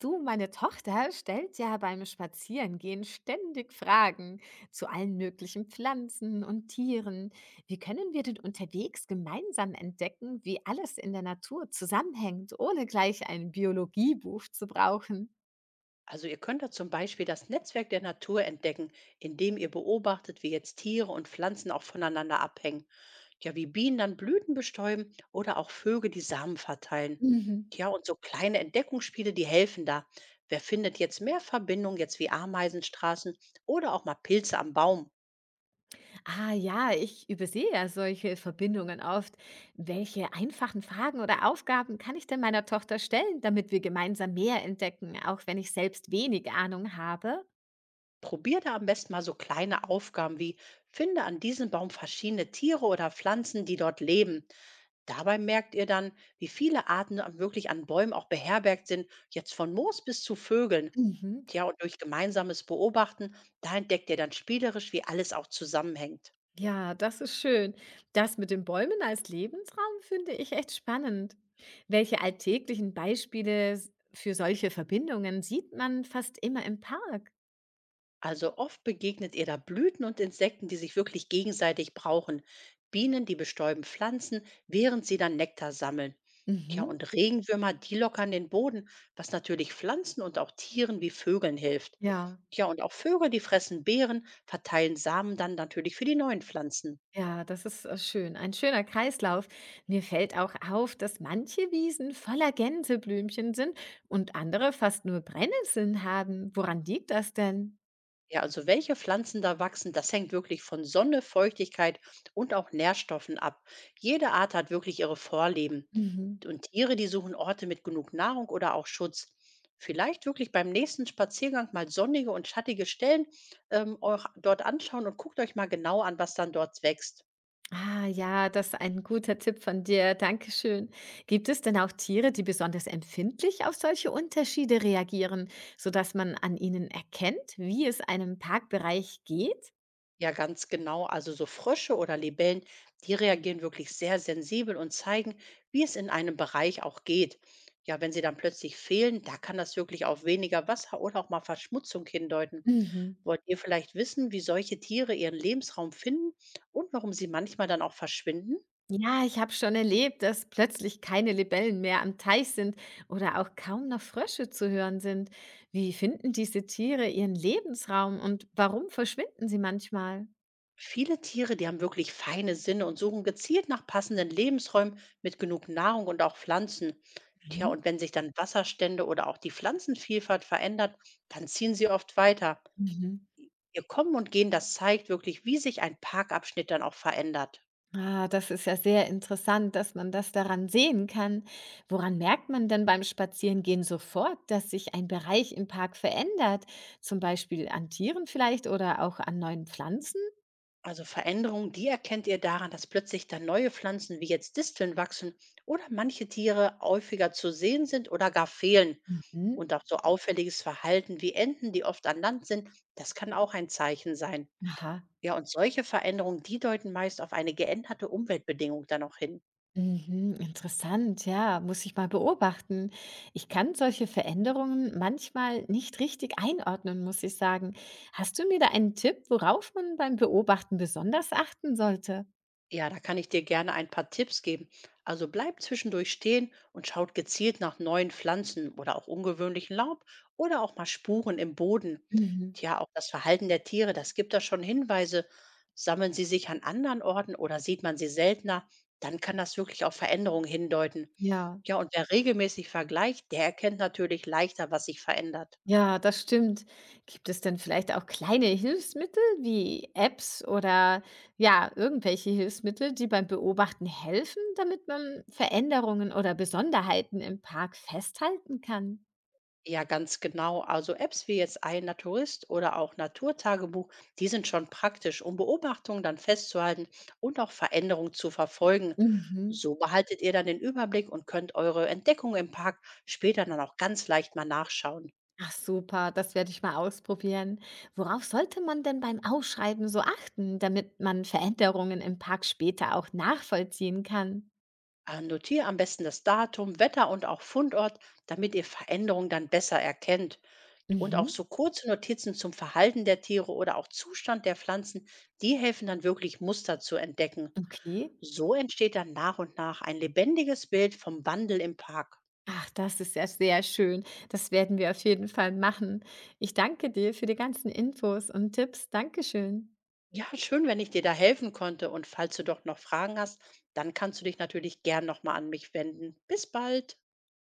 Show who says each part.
Speaker 1: Du, meine Tochter stellt ja beim Spazierengehen ständig Fragen zu allen möglichen Pflanzen und Tieren. Wie können wir denn unterwegs gemeinsam entdecken, wie alles in der Natur zusammenhängt, ohne gleich ein Biologiebuch zu brauchen?
Speaker 2: Also ihr könnt da zum Beispiel das Netzwerk der Natur entdecken, indem ihr beobachtet, wie jetzt Tiere und Pflanzen auch voneinander abhängen. Ja, wie Bienen dann Blüten bestäuben oder auch Vögel die Samen verteilen.
Speaker 1: Mhm.
Speaker 2: Ja, und so kleine Entdeckungsspiele, die helfen da. Wer findet jetzt mehr Verbindungen, jetzt wie Ameisenstraßen oder auch mal Pilze am Baum?
Speaker 1: Ah ja, ich übersehe ja solche Verbindungen oft. Welche einfachen Fragen oder Aufgaben kann ich denn meiner Tochter stellen, damit wir gemeinsam mehr entdecken, auch wenn ich selbst wenig Ahnung habe?
Speaker 2: Probier da am besten mal so kleine Aufgaben wie finde an diesem Baum verschiedene Tiere oder Pflanzen, die dort leben. Dabei merkt ihr dann, wie viele Arten da wirklich an Bäumen auch beherbergt sind, jetzt von Moos bis zu Vögeln.
Speaker 1: Mhm.
Speaker 2: Tja, und durch gemeinsames Beobachten, da entdeckt ihr dann spielerisch, wie alles auch zusammenhängt.
Speaker 1: Ja, das ist schön. Das mit den Bäumen als Lebensraum finde ich echt spannend. Welche alltäglichen Beispiele für solche Verbindungen sieht man fast immer im Park?
Speaker 2: Also oft begegnet ihr da Blüten und Insekten, die sich wirklich gegenseitig brauchen. Bienen, die bestäuben Pflanzen, während sie dann Nektar sammeln. Ja,
Speaker 1: Mhm.
Speaker 2: und Regenwürmer, die lockern den Boden, was natürlich Pflanzen und auch Tieren wie Vögeln hilft.
Speaker 1: Ja,
Speaker 2: Ja, und auch Vögel, die fressen Beeren, verteilen Samen dann natürlich für die neuen Pflanzen.
Speaker 1: ja, das ist schön. Ein schöner Kreislauf. Mir fällt auch auf, dass manche Wiesen voller Gänseblümchen sind und andere fast nur Brennnesseln haben. Woran liegt das denn?
Speaker 2: Ja, also welche Pflanzen da wachsen, das hängt wirklich von Sonne, Feuchtigkeit und auch Nährstoffen ab. Jede Art hat wirklich ihre Vorlieben.
Speaker 1: Mhm.
Speaker 2: Und Tiere, die suchen Orte mit genug Nahrung oder auch Schutz. Vielleicht wirklich beim nächsten Spaziergang mal sonnige und schattige Stellen euch dort anschauen und guckt euch mal genau an, was dann dort wächst.
Speaker 1: Ah ja, das ist ein guter Tipp von dir. Dankeschön. Gibt es denn auch Tiere, die besonders empfindlich auf solche Unterschiede reagieren, sodass man an ihnen erkennt, wie es einem Parkbereich geht?
Speaker 2: Ja, ganz genau. Also so Frösche oder Libellen, die reagieren wirklich sehr sensibel und zeigen, wie es in einem Bereich auch geht. Ja, wenn sie dann plötzlich fehlen, da kann das wirklich auf weniger Wasser oder auch mal Verschmutzung hindeuten.
Speaker 1: Mhm.
Speaker 2: Wollt ihr vielleicht wissen, wie solche Tiere ihren Lebensraum finden und warum sie manchmal dann auch verschwinden?
Speaker 1: Ja, ich habe schon erlebt, dass plötzlich keine Libellen mehr am Teich sind oder auch kaum noch Frösche zu hören sind. Wie finden diese Tiere ihren Lebensraum und warum verschwinden sie manchmal?
Speaker 2: Viele Tiere, die haben wirklich feine Sinne und suchen gezielt nach passenden Lebensräumen mit genug Nahrung und auch Pflanzen. Tja,
Speaker 1: Mhm.
Speaker 2: und wenn sich dann Wasserstände oder auch die Pflanzenvielfalt verändert, dann ziehen sie oft weiter.
Speaker 1: Mhm.
Speaker 2: Ihr Kommen und Gehen, das zeigt wirklich, wie sich ein Parkabschnitt dann auch verändert.
Speaker 1: Ah, das ist ja sehr interessant, dass man das daran sehen kann. Woran merkt man denn beim Spazierengehen sofort, dass sich ein Bereich im Park verändert? Zum Beispiel an Tieren vielleicht oder auch an neuen Pflanzen?
Speaker 2: Also Veränderungen, die erkennt ihr daran, dass plötzlich dann neue Pflanzen wie jetzt Disteln wachsen oder manche Tiere häufiger zu sehen sind oder gar fehlen.
Speaker 1: Mhm.
Speaker 2: Und auch so auffälliges Verhalten wie Enten, die oft an Land sind, das kann auch ein Zeichen sein.
Speaker 1: Aha.
Speaker 2: Ja, und solche Veränderungen, die deuten meist auf eine geänderte Umweltbedingung dann auch hin.
Speaker 1: Mhm, interessant, ja, muss ich mal beobachten. Ich kann solche Veränderungen manchmal nicht richtig einordnen, muss ich sagen. Hast du mir da einen Tipp, worauf man beim Beobachten besonders achten sollte?
Speaker 2: Ja, da kann ich dir gerne ein paar Tipps geben. Also bleibt zwischendurch stehen und schaut gezielt nach neuen Pflanzen oder auch ungewöhnlichen Laub oder auch mal Spuren im Boden.
Speaker 1: Mhm.
Speaker 2: Tja, auch das Verhalten der Tiere, das gibt da schon Hinweise. Sammeln sie sich an anderen Orten oder sieht man sie seltener, dann kann das wirklich auf Veränderungen hindeuten.
Speaker 1: Ja.
Speaker 2: Ja, und wer regelmäßig vergleicht, der erkennt natürlich leichter, was sich verändert.
Speaker 1: Ja, das stimmt. Gibt es denn vielleicht auch kleine Hilfsmittel wie Apps oder ja, irgendwelche Hilfsmittel, die beim Beobachten helfen, damit man Veränderungen oder Besonderheiten im Park festhalten kann?
Speaker 2: Ja, ganz genau. Also Apps wie jetzt ein Naturist oder auch Naturtagebuch, die sind schon praktisch, um Beobachtungen dann festzuhalten und auch Veränderungen zu verfolgen.
Speaker 1: Mhm.
Speaker 2: So behaltet ihr dann den Überblick und könnt eure Entdeckung im Park später dann auch ganz leicht mal nachschauen.
Speaker 1: Ach super, das werde ich mal ausprobieren. Worauf sollte man denn beim Ausschreiben so achten, damit man Veränderungen im Park später auch nachvollziehen kann?
Speaker 2: Notiere am besten das Datum, Wetter und auch Fundort, damit ihr Veränderungen dann besser erkennt. Und auch
Speaker 1: Mhm.
Speaker 2: so kurze Notizen zum Verhalten der Tiere oder auch Zustand der Pflanzen, die helfen dann wirklich Muster zu entdecken.
Speaker 1: Okay.
Speaker 2: So entsteht dann nach und nach ein lebendiges Bild vom Wandel im Park.
Speaker 1: Ach, das ist ja sehr schön. Das werden wir auf jeden Fall machen. Ich danke dir für die ganzen Infos und Tipps. Dankeschön.
Speaker 2: Ja, schön, wenn ich dir da helfen konnte. Und falls du doch noch Fragen hast, dann kannst du dich natürlich gern nochmal an mich wenden. Bis bald.